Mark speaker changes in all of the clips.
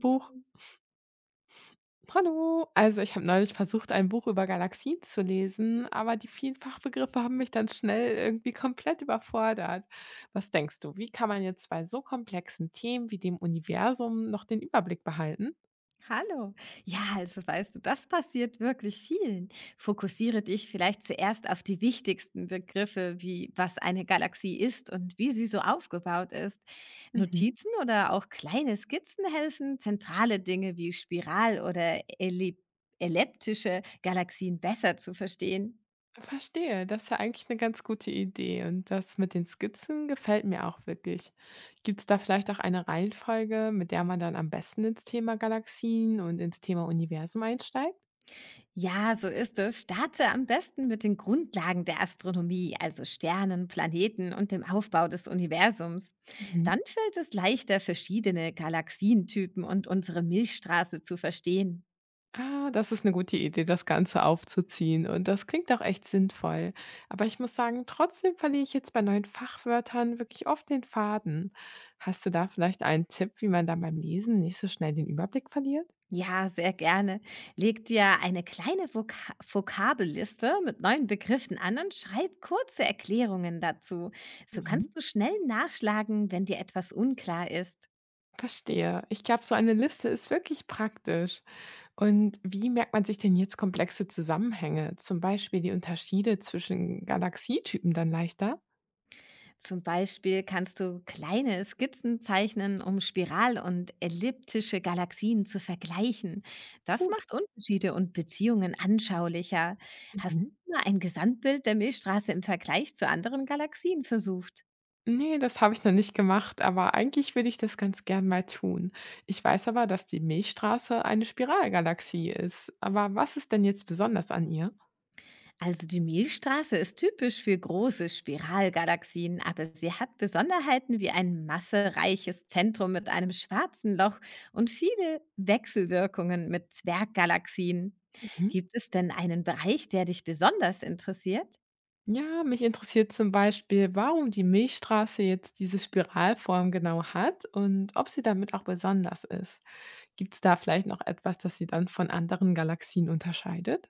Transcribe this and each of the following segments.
Speaker 1: Buch.
Speaker 2: Mhm.
Speaker 1: Hallo. Also ich habe neulich versucht, ein Buch über Galaxien zu lesen, aber die vielen Fachbegriffe haben mich dann schnell irgendwie komplett überfordert. Was denkst du, wie kann man jetzt bei so komplexen Themen wie dem Universum noch den Überblick behalten?
Speaker 2: Hallo. Ja, also weißt du, das passiert wirklich vielen. Fokussiere dich vielleicht zuerst auf die wichtigsten Begriffe, wie was eine Galaxie ist und wie sie so aufgebaut ist.
Speaker 1: Mhm.
Speaker 2: Notizen oder auch kleine Skizzen helfen, zentrale Dinge wie Spiral- oder elliptische Galaxien besser zu verstehen.
Speaker 1: Verstehe, das ist ja eigentlich eine ganz gute Idee und das mit den Skizzen gefällt mir auch wirklich. Gibt es da vielleicht auch eine Reihenfolge, mit der man dann am besten ins Thema Galaxien und ins Thema Universum einsteigt?
Speaker 2: Ja, so ist es. Starte am besten mit den Grundlagen der Astronomie, also Sternen, Planeten und dem Aufbau des Universums. Dann
Speaker 1: Mhm.
Speaker 2: fällt es leichter, verschiedene Galaxientypen und unsere Milchstraße zu verstehen.
Speaker 1: Ah, das ist eine gute Idee, das Ganze aufzuziehen und das klingt auch echt sinnvoll. Aber ich muss sagen, trotzdem verliere ich jetzt bei neuen Fachwörtern wirklich oft den Faden. Hast du da vielleicht einen Tipp, wie man dann beim Lesen nicht so schnell den Überblick verliert?
Speaker 2: Ja, sehr gerne. Leg dir eine kleine Vokabelliste mit neuen Begriffen an und schreib kurze Erklärungen dazu. So
Speaker 1: Mhm.
Speaker 2: kannst du schnell nachschlagen, wenn dir etwas unklar ist.
Speaker 1: Verstehe. Ich glaube, so eine Liste ist wirklich praktisch. Und wie merkt man sich denn jetzt komplexe Zusammenhänge, zum Beispiel die Unterschiede zwischen Galaxietypen dann leichter?
Speaker 2: Zum Beispiel kannst du kleine Skizzen zeichnen, um Spiral- und elliptische Galaxien zu vergleichen. Das
Speaker 1: Gut.
Speaker 2: macht Unterschiede und Beziehungen anschaulicher. Hast
Speaker 1: Mhm.
Speaker 2: du mal ein Gesamtbild der Milchstraße im Vergleich zu anderen Galaxien versucht?
Speaker 1: Ne, das habe ich noch nicht gemacht, aber eigentlich würde ich das ganz gern mal tun. Ich weiß aber, dass die Milchstraße eine Spiralgalaxie ist. Aber was ist denn jetzt besonders an ihr?
Speaker 2: Also die Milchstraße ist typisch für große Spiralgalaxien, aber sie hat Besonderheiten wie ein massereiches Zentrum mit einem schwarzen Loch und viele Wechselwirkungen mit Zwerggalaxien.
Speaker 1: Mhm.
Speaker 2: Gibt es denn einen Bereich, der dich besonders interessiert?
Speaker 1: Ja, mich interessiert zum Beispiel, warum die Milchstraße jetzt diese Spiralform genau hat und ob sie damit auch besonders ist. Gibt es da vielleicht noch etwas, das sie dann von anderen Galaxien unterscheidet?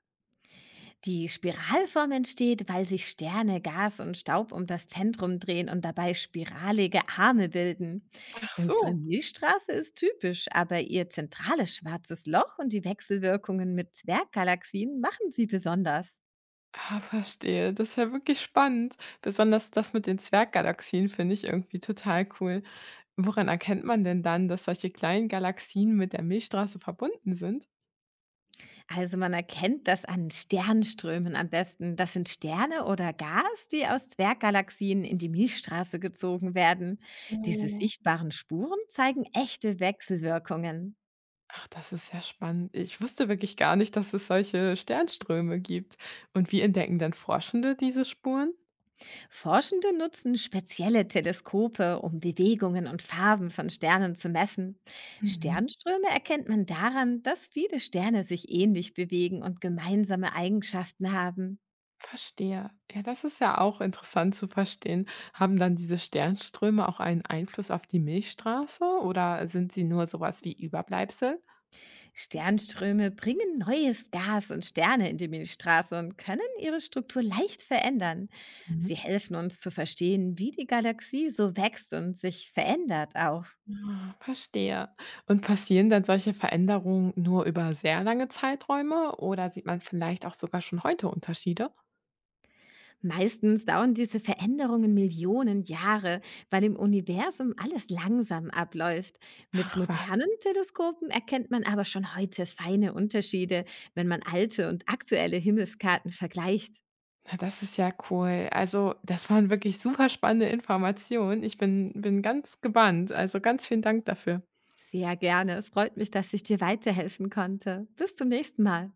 Speaker 2: Die Spiralform entsteht, weil sich Sterne, Gas und Staub um das Zentrum drehen und dabei spiralige Arme bilden.
Speaker 1: Ach
Speaker 2: Unsere
Speaker 1: so.
Speaker 2: Milchstraße ist typisch, aber ihr zentrales schwarzes Loch und die Wechselwirkungen mit Zwerggalaxien machen sie besonders.
Speaker 1: Ah, verstehe. Das ist ja wirklich spannend. Besonders das mit den Zwerggalaxien finde ich irgendwie total cool. Woran erkennt man denn dann, dass solche kleinen Galaxien mit der Milchstraße verbunden sind?
Speaker 2: Also man erkennt das an Sternströmen am besten. Das sind Sterne oder Gas, die aus Zwerggalaxien in die Milchstraße gezogen werden. Diese
Speaker 1: Oh.
Speaker 2: sichtbaren Spuren zeigen echte Wechselwirkungen.
Speaker 1: Ach, das ist ja spannend. Ich wusste wirklich gar nicht, dass es solche Sternströme gibt. Und wie entdecken denn Forschende diese Spuren?
Speaker 2: Forschende nutzen spezielle Teleskope, um Bewegungen und Farben von Sternen zu messen.
Speaker 1: Mhm.
Speaker 2: Sternströme erkennt man daran, dass viele Sterne sich ähnlich bewegen und gemeinsame Eigenschaften haben.
Speaker 1: Verstehe. Ja, das ist ja auch interessant zu verstehen. Haben dann diese Sternströme auch einen Einfluss auf die Milchstraße oder sind sie nur sowas wie Überbleibsel?
Speaker 2: Sternströme bringen neues Gas und Sterne in die Milchstraße und können ihre Struktur leicht verändern.
Speaker 1: Mhm.
Speaker 2: Sie helfen uns zu verstehen, wie die Galaxie so wächst und sich verändert auch.
Speaker 1: Ah, verstehe. Und passieren dann solche Veränderungen nur über sehr lange Zeiträume oder sieht man vielleicht auch sogar schon heute Unterschiede?
Speaker 2: Meistens dauern diese Veränderungen Millionen Jahre, weil im Universum alles langsam abläuft. Mit
Speaker 1: Ach was,
Speaker 2: modernen Teleskopen erkennt man aber schon heute feine Unterschiede, wenn man alte und aktuelle Himmelskarten vergleicht.
Speaker 1: na, das ist ja cool. Also, das waren wirklich super spannende Informationen. Ich bin ganz gebannt. Also, ganz vielen Dank dafür.
Speaker 2: Sehr gerne. Es freut mich, dass ich dir weiterhelfen konnte. Bis zum nächsten Mal.